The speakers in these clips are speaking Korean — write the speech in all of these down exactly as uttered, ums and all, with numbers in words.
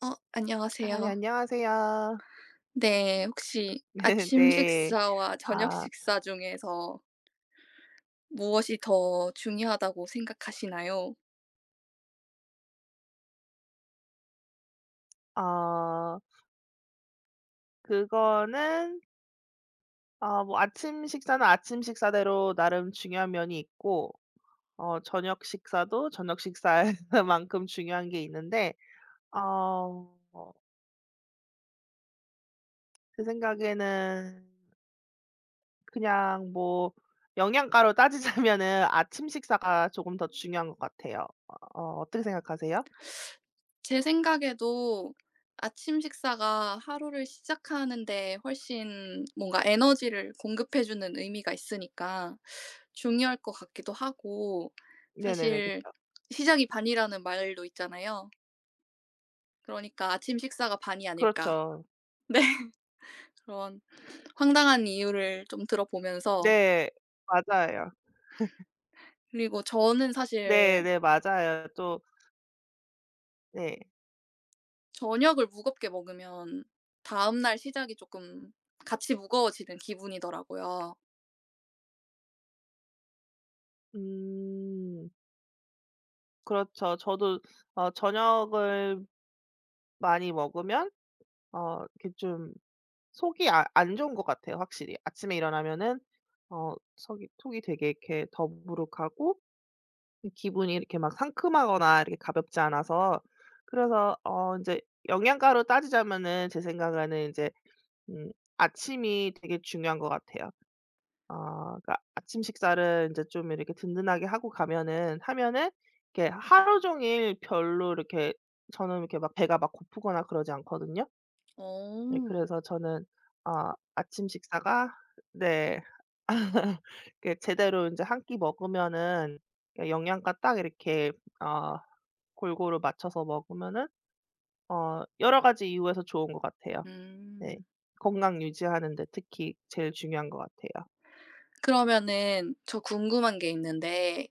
어 아 네 안녕하세요. 안녕하세요. 네. 혹시 네, 아침 네. 식사와 저녁 아 식사 중에서 무엇이 더 중요하다고 생각하시나요? 어 그거는 어 뭐 아침 식사는 아침 식사대로 나름 중요한 면이 있고 어 저녁 식사도 저녁 식사만큼 중요한 게 있는데 어 제 생각에는 그냥 뭐 영양가로 따지자면은 아침 식사가 조금 더 중요한 것 같아요. 어 어떻게 생각하세요? 제 생각에도 아침 식사가 하루를 시작하는 데 훨씬 뭔가 에너지를 공급해 주는 의미가 있으니까 중요할 것 같기도 하고 네네네. 사실 그쵸. "시작이 반이라는 말도 있잖아요. 그러니까 아침 식사가 반이 아닐까." 그렇죠. 네. 그런 황당한 이유를 좀 들어보면서 네. 맞아요. 그리고 저는 사실 네네, 맞아요. 또 네. 저녁을 무겁게 먹으면 다음날 시작이 쪼끔 같이 무거워지는 기분이더라고요. 음. 그렇죠. 저도 어 저녁을 많이 먹으면 어 이렇게 좀 속이 아 안 좋은 것 같아요 확실히. 아침에 일어나면은 어 속이 속이 되게 이렇게 더부룩하고 기분이 이렇게 막 상큼하거나 이렇게 가볍지 않아서 그래서 어 이제 영양가로 따지자면은 제 생각에는 이제 음 아침이 되게 중요한 것 같아요. 아 그러니까 아침 식사를 이제 좀 이렇게 든든하게 하고 가면은 하면은 이렇게 하루 종일 별로 이렇게 저는 이렇게 막 배가 막 고프거나 그러지 않거든요. 네, 어. 그래서 저는 아 아침 식사가 네. 그 제대로 이제 한 끼 먹으면은 예 영양가 딱 이렇게 어 골고루 맞춰서 먹으면은 어 여러 가지 이유에서 좋은 것 같아요. 네. 음. 건강 유지하는 데 특히 제일 중요한 것 같아요. 그러면은 저 궁금한 게 있는데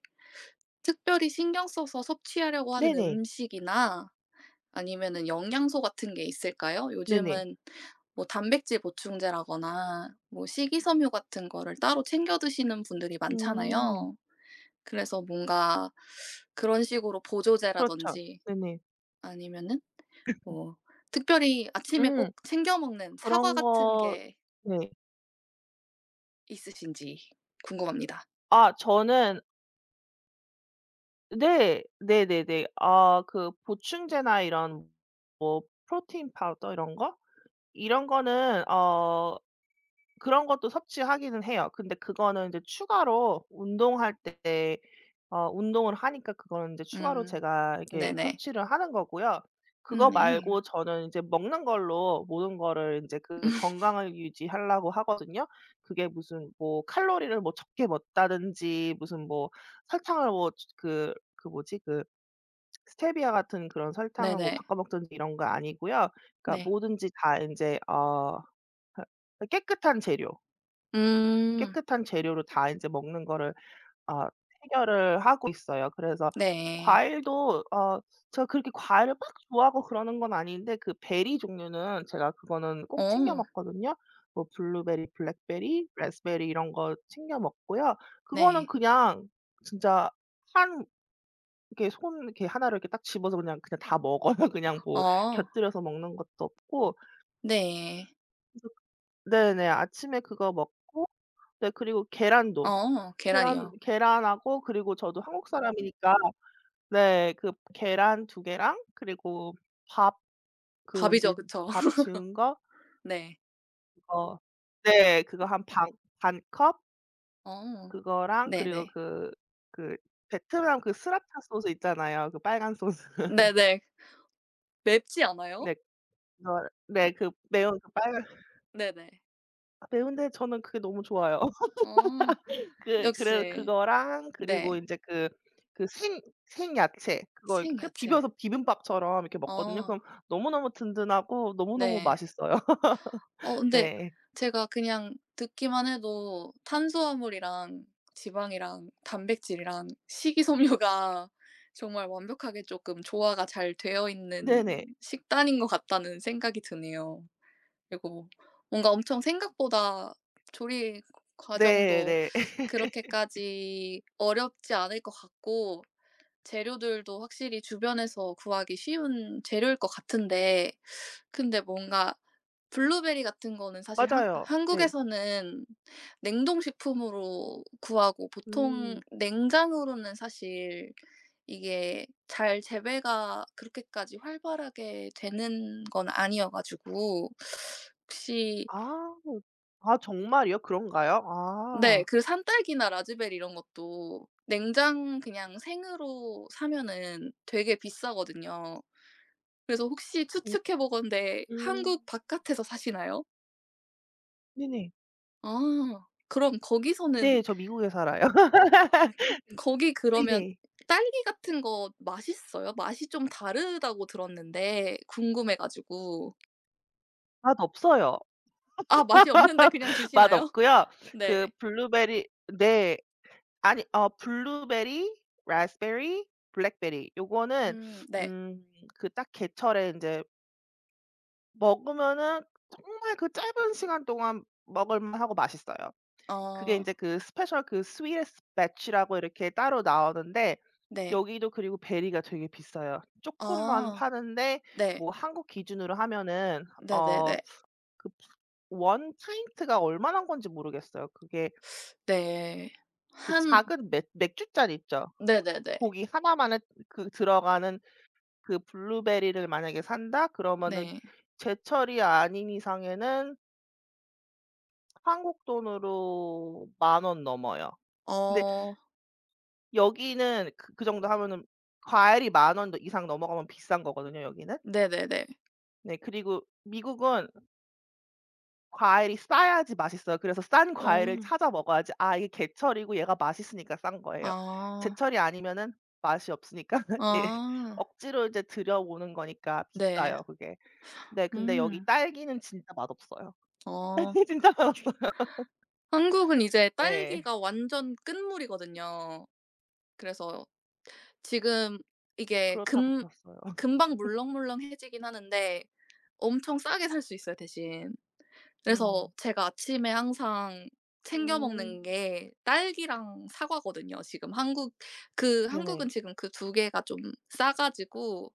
특별히 신경 써서 섭취하려고 하는 네네. 음식이나 아니면은 영양소 같은 게 있을까요? 네네. 요즘은 뭐 단백질 보충제라거나 뭐 식이섬유 같은 거를 따로 챙겨 드시는 분들이 음. 많잖아요. 그래서 뭔가 그런 식으로 그렇죠. 보조제라든지 네네. 아니면은 뭐 특별히 아침에 음. 꼭 챙겨 먹는 사과 그런 같은 거 게 네. 있으신지 궁금합니다. 아 저는 네. 네네네. 아 그 보충제나 이런 뭐 프로틴 파우더 이런 거? 이런 거는 어 그런 것도 섭취하기는 해요. 근데 그거는 이제 추가로 운동할 때 어 운동을 하니까 그거는 이제 추가로 음. 제가 이렇게 네네. 섭취를 하는 거고요. 음 그거 네. 말고 저는 이제 먹는 걸로 모든 거를 인제 그 건강을 유지하려고 하거든요. 그게 무슨 뭐 칼로리를 뭐 적게 먹다든지 무슨 뭐 설탕을 뭐 저 그 그 뭐지 그 스테비아 같은 그런 설탕을 뭐 네네. 바꿔 먹든지 이런 거 아니고요. 그러니까 네. 뭐든지 다 인제 어 그 깨끗한 재료. 음. 깨끗한 재료로 다 인제 먹는 거를 어 해결을 하고 있어요. 그래서 네. 과일도 어 제가 그렇게 과일을 막 좋아하고 그러는 건 아닌데 그 베리 종류는 제가 그거는 꼭 챙겨 어. 먹거든요. 뭐 블루베리, 블랙베리, 라스베리 이런 거 챙겨 먹고요. 그거는 네. 그냥 진짜 한 이렇게 손 이렇게 하나를 이렇게 딱 집어서 그냥, 그냥 다 먹어요. 그냥 뭐 어. 곁들여서 먹는 것도 없고. 네. 그래서 네네. 아침에 그거 먹고 네, 그리고 계란도. 어. 계란 계란이요. 계란하고 그리고 저도 한국 사람이니까 네, 그 계란 두 개랑 그리고 밥 그 밥이죠. 인제 그쵸. 밥 지은 거 네. 그거 네 그거 한 반 반 컵 어. 그거랑 네네. 그리고 그 그 베트남 그 스라타 소스 있잖아요, 그 빨간 소스. 네네. 맵지 않아요? 네 그거 네 그 매운 그 빨간 네네. 매운데 저는 그게 너무 좋아요. 어. 그 그래 역시. 그거랑 네. 그리고 인제 그 그 생 생야채 그거 이렇게 그 생야채. 비벼서 비빔밥처럼 이렇게 먹거든요. 어 그럼 너무너무 든든하고 너무너무 네. 맛있어요. 어 근데 네. 제가 그냥 듣기만 해도 탄수화물이랑 지방이랑 단백질이랑 식이섬유가 정말 완벽하게 조금 조화가 잘 되어 있는 네네. 식단인 것 같다는 생각이 드네요. 그리고 뭔가 엄청 생각보다 조리 과정도 네네. 그렇게까지 어렵지 않을 것 같고 재료들도 확실히 주변에서 구하기 쉬운 재료일 것 같은데 근데 뭔가 블루베리 같은 거는 사실 한 맞아요. 네. 한국에서는 냉동식품으로 구하고 보통 음. 냉장으로는 사실 이게 잘 재배가 그렇게까지 활발하게 되는 건 아니어 가지고 혹시 아. 아 정말이요? 그런가요? 네 아. 그 산딸기나 라즈베리 이런 것도 냉장 그냥 생으로 사면은 되게 비싸거든요. 그래서 혹시 음. 추측해 보건데 한국 음. 바깥에서 사시나요? 네네. 아. 그럼 거기서는 네. 저 미국에 살아요. 거기 그러면 네네. 딸기 같은 거 맛있어요? 맛이 좀 다르다고 들었는데 궁금해 가지고. 맛없어요. 아 맛이 없는데 그냥 드시나요? 맛없고요. 그 네. 블루베리 네. 아니 어 블루베리, 라스베리, 블랙베리 요거는 음 네. 음 그 딱 계절에 인제 먹으면은 정말 그 짧은 시간 동안 먹을만하고 맛있어요. 그게 어 인제 그 스페셜 그 스위트 배치라고 이렇게 따로 나오는데 네. 여기도 그리고 베리가 되게 비싸요. 쪼끔만 아 파는데 네. 뭐 한국 기준으로 하면은 네네네. 어 그 원 파인트가 얼마난 건지 모르겠어요. 그게 네. 그 한 작은 맥 맥주잔 있죠? 네네네. 고기 하나만에 그 들어가는 그 블루베리를 만약에 산다 그러면은 네. 제철이 아닌 이상에는 한국 돈으로 만 원 넘어요. 근데 어 여기는 그 그 정도 하면은 과일이 만 원 이상 넘어가면 비싼 거거든요, 여기는. 네네네. 네, 그리고 미국은 과일이 싸야지 맛있어요. 그래서 싼 어. 과일을 찾아 먹어야지 '아 이게 개철이고 얘가 맛있으니까 싼 거예요.' 아. 제철이 아니면은 맛이 없으니까 예 아. 억지로 이제 들여오는 거니까 네. 비싸요, 그게. 네. 근데 여기 음. 딸기는 진짜 맛없어요. 어. 딸기 진짜 맛없어요. 한국은 이제 네. 딸기가 완전 끝물이거든요. 그래서 지금 이게 그렇다고 금 들었어요. 금방 물렁물렁해지긴 하는데 엄청 싸게 살 수 있어요 대신. 그래서 음. 제가 아침에 항상 챙겨 음. 먹는 게 딸기랑 사과거든요. 지금 한국 그 네네. 한국은 지금 그 두 개가 좀 싸 가지고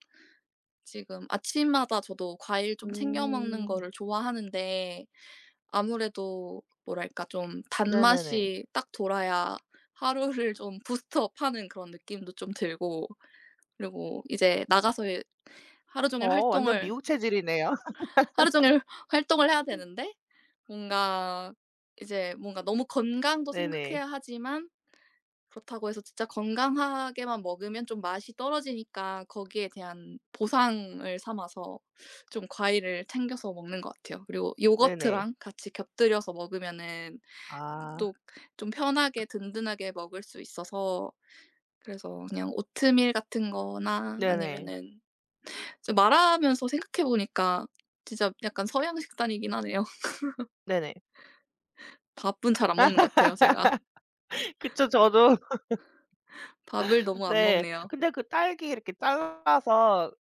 지금 아침마다 저도 과일 좀 챙겨 먹는 음. 거를 좋아하는데 아무래도 뭐랄까 좀 네네네. 단맛이 딱 돌아야 하루를 좀 부스트업하는 그런 느낌도 좀 들고 그리고 이제 나가서 예 하루 종일 어 완전 활동을 미국 체질이네요. 하루 종일 활동을 해야 되는데 뭔가 이제 뭔가 너무 건강도 네네. 생각해야 하지만 그렇다고 해서 진짜 건강하게만 먹으면 좀 맛이 떨어지니까 거기에 대한 보상을 삼아서 좀 과일을 챙겨서 먹는 것 같아요. 그리고 네네. 요거트랑 같이 곁들여서 먹으면은 아. 또 좀 편하게 든든하게 먹을 수 있어서 그래서 그냥 오트밀 같은 거나 네네. 아니면은 지금 말하면서 생각해 보니까 진짜 약간 서양 식단이긴 하네요. 네네. 밥은 잘 안 먹는 것 같아요 제가. 그쵸. 저도 밥을 너무 안 네. 먹네요. 근데 그 딸기 이렇게 잘라서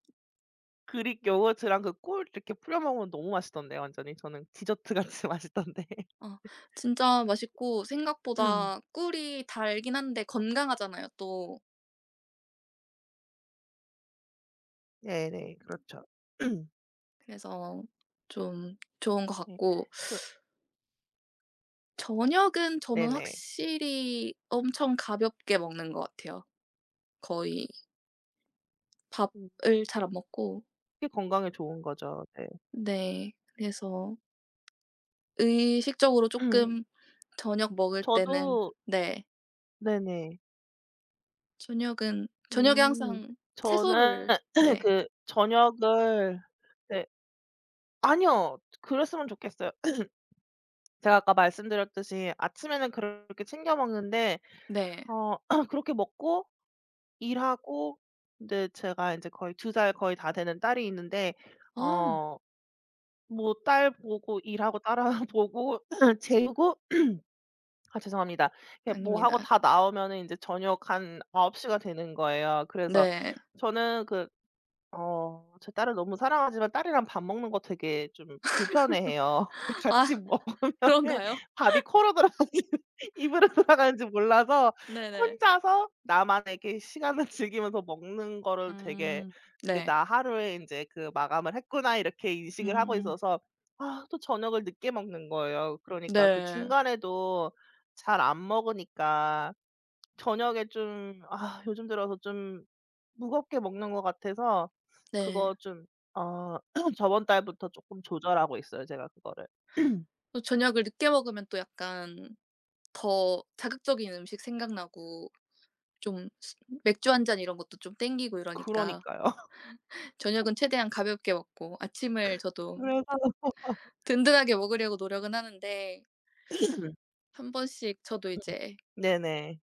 그릭 요거트랑 그 꿀 이렇게 뿌려 먹으면 너무 맛있던데 완전히. 저는 디저트 같이 맛있던데. 어 진짜 맛있고 생각보다 꿀이 달긴 한데 건강하잖아요 또. 네네. 그렇죠. 그래서 좀 좋은 것 네. 같고 그 저녁은 저는 네네. 확실히 엄청 가볍게 먹는 것 같아요. 거의 음. 밥을 잘 안 먹고 그게 건강에 좋은 거죠. 네. 네. 그래서 의식적으로 쪼끔 저녁 먹을 때는 저도 네. 네네. 저녁은 저녁에 음. 항상 저는 채소를 네. 그 저녁을 네. 아니요. 그랬으면 좋겠어요. 제가 아까 말씀드렸듯이 아침에는 그렇게 챙겨 먹는데 네. 어 그렇게 먹고 일하고 근데 제가 이제 거의 두 살 거의 다 되는 딸이 있는데 아 어 뭐 딸 보고 일하고 딸 보고 재우고 아 죄송합니다. 예 뭐 하고 아닙니다. 다 나오면은 이제 저녁 한아홉 시가 되는 거예요. 그래서 네. 저는 그 어. 제 딸을 너무 사랑하지만 딸이랑 밥 먹는 거 되게 좀 불편해해요. 아 같이 먹으면 그런가요? 밥이 코로 들어가지 입으로 들어가는지 몰라서 네네. 혼자서 나만에 이렇게 시간을 즐기면서 먹는 거를 되게 음. 그게 네. '나 하루에 이제 그 마감을 했구나.' 이렇게 음. 인식을 하고 음, 음. 있어서 아 또 저녁을 늦게 먹는 거예요. 그러니까 그 네. 중간에도 잘 안 먹으니까 저녁에 좀 아 요즘 들어서 좀 무겁게 먹는 것 같아서 네. 그거 좀 어 저번 달부터 조금 조절하고 있어요 제가 그거를. 또 저녁을 늦게 먹으면 또 약간 더 자극적인 음식 생각나고 좀 스 맥주 한잔 이런 것도 좀 땡기고 이러니까 그러니까요. 저녁은 최대한 가볍게 먹고 아침을 저도 그래서 든든하게 먹으려고 노력은 하는데 한 번씩 저도 이제 네네.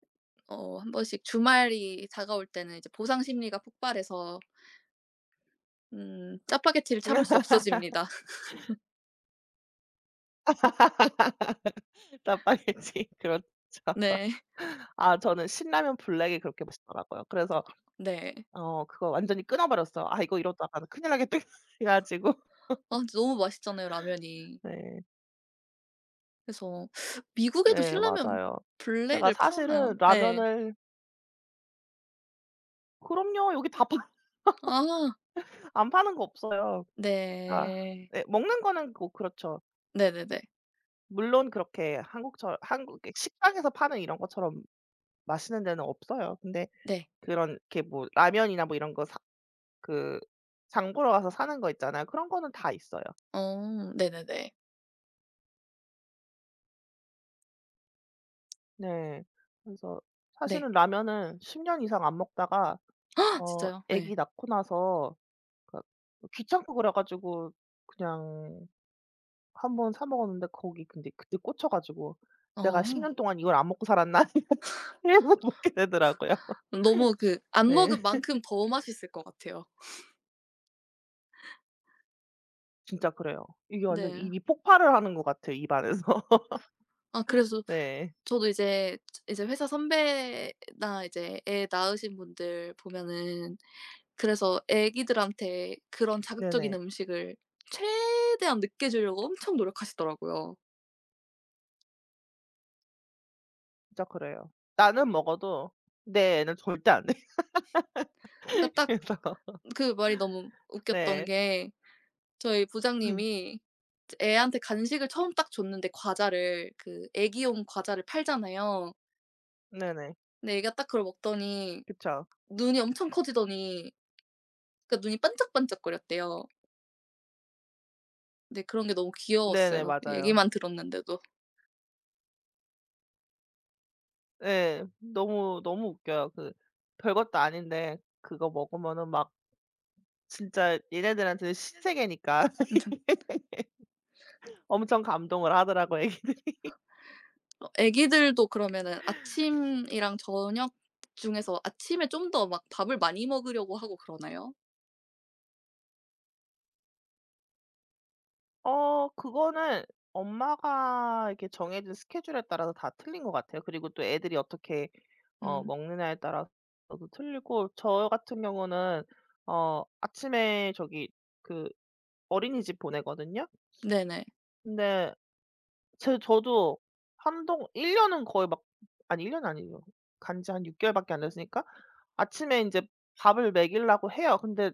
어 한 번씩 주말이 다가올 때는 이제 보상 심리가 폭발해서 음 짜파게티를 참을 수 없어집니다. 짜파게티. 그렇죠. 네. 아 저는 신라면 블랙이 그렇게 맛있더라고요. 그래서 네. 어 그거 완전히 끊어 버렸어요. '아 이거 이러다가는 큰일 나겠다.' 가지고. 아 근데 너무 맛있잖아요 라면이. 네. 그래서 미국에도 네 신라면 맞아요. 제가 블랙을 파나요? 사실은 예. 라면을 그럼요. 여기 다 파 아 안 파는 거 없어요. 아. 네. 네 먹는 거는 고 그렇죠. 네네네. 물론 그렇게 한국처 한국 그 식당에서 파는 이런 것처럼 맛있는 데는 없어요. 근데 네. 그런 이렇게 뭐 라면이나 뭐 이런 거 사 그 장 보러 가서 사는 거 있잖아요. 그런 거는 다 있어요. 어 네네네. 네. 그래서 네. 사실은 라면은 십 년 이상 안 먹다가 어 진짜요? 네. 아기 낳고 나서 그러니까 뭐 귀찮고 그래 가지고 그냥 한번 사 먹었는데 거기 근데 그때 꽂혀 가지고 '내가 10 어. 년 동안 이걸 안 먹고 살았나?' 이런 생각 계속 먹게 되더라고요. 너무 그 안 네. 먹은 만큼 더 맛있을 것 같아요. 진짜 그래요. 이게 완전 네. 입이 폭발을 하는 것 같아요, 입안에서. 아 그래서 네. 저도 이제 이제 회사 선배나 이제 애 낳으신 분들 보면은 그래서 애기들한테 그런 자극적인 네네. 음식을 최대한 늦게 주려고 엄청 노력하시더라고요. 진짜 그래요. 나는 먹어도 내 애는 절대 안 해. 그러니까 딱 그래서 그 말이 너무 웃겼던 네. 게 저희 음. 부장님이 이제 애한테 간식을 처음 딱 줬는데 과자를 그 애기용 과자를 팔잖아요. 네네. 근데 애기가 딱 그걸 먹더니 그쵸. 눈이 엄청 커지더니 그러니까 눈이 반짝반짝거렸대요. 근데 그런 게 너무 네네. 귀여웠어요. 맞아요. 얘기만 들었는데도. 네 너무, 너무 웃겨요. 그 별것도 아닌데 그거 먹으면은 막 진짜 얘네들한테는 신세계니까 엄청 감동을 하더라고요, 이게. 어 애기들도 그러면은 아침이랑 저녁 중에서 아침에 좀 더 막 밥을 많이 먹으려고 하고 그러나요? 어 그거는 엄마가 이렇게 정해진 스케줄에 따라서 다 틀린 것 같아요. 그리고 또 애들이 어떻게 어 음. 먹느냐에 따라서도 틀리고 저 같은 경우는 어 아침에 저기 그 어린이집 보내거든요. 네네. 근데 제 저도 한동 일 년은 거의 막 아니 일 년 아니에요. 간지 한 육 개월밖에 안 됐으니까 아침에 이제 밥을 먹이려고 해요. 근데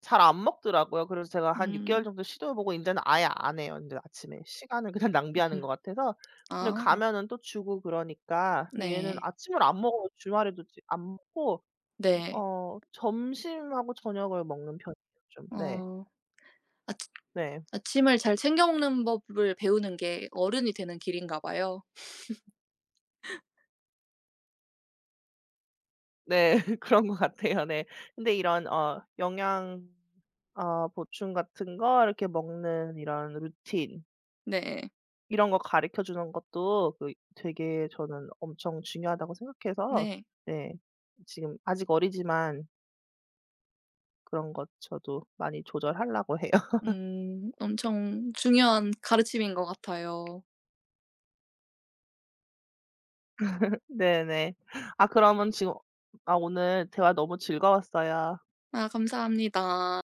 잘 안 먹더라고요. 그래서 제가 한 육 개월 음. 정도 시도해 보고 이제는 아예 안 해요. 이제 아침에 시간을 그냥 낭비하는 것 같아서. 근데 아 가면은 또 주고 그러니까 얘는 네. 아침을 안 먹어요. 주말에도 지 안 먹고 네. 어 점심하고 저녁을 먹는 편이에요 좀. 네. 어. 아 네. 아침을 잘 챙겨 먹는 법을 배우는 게 어른이 되는 길인가 봐요. 네. 그런 것 같아요. 네. 근데 이런 어 영양 어 보충 같은 거 이렇게 먹는 이런 루틴 네. 이런 거 가르쳐 주는 것도 그 되게 저는 엄청 중요하다고 생각해서 네. 네 지금 아직 어리지만 그런 것 저도 많이 조절하려고 해요. 음. 엄청 중요한 가르침인 것 같아요. 네네. 아 그러면 지금 아 오늘 대화 너무 즐거웠어요. 아 감사합니다.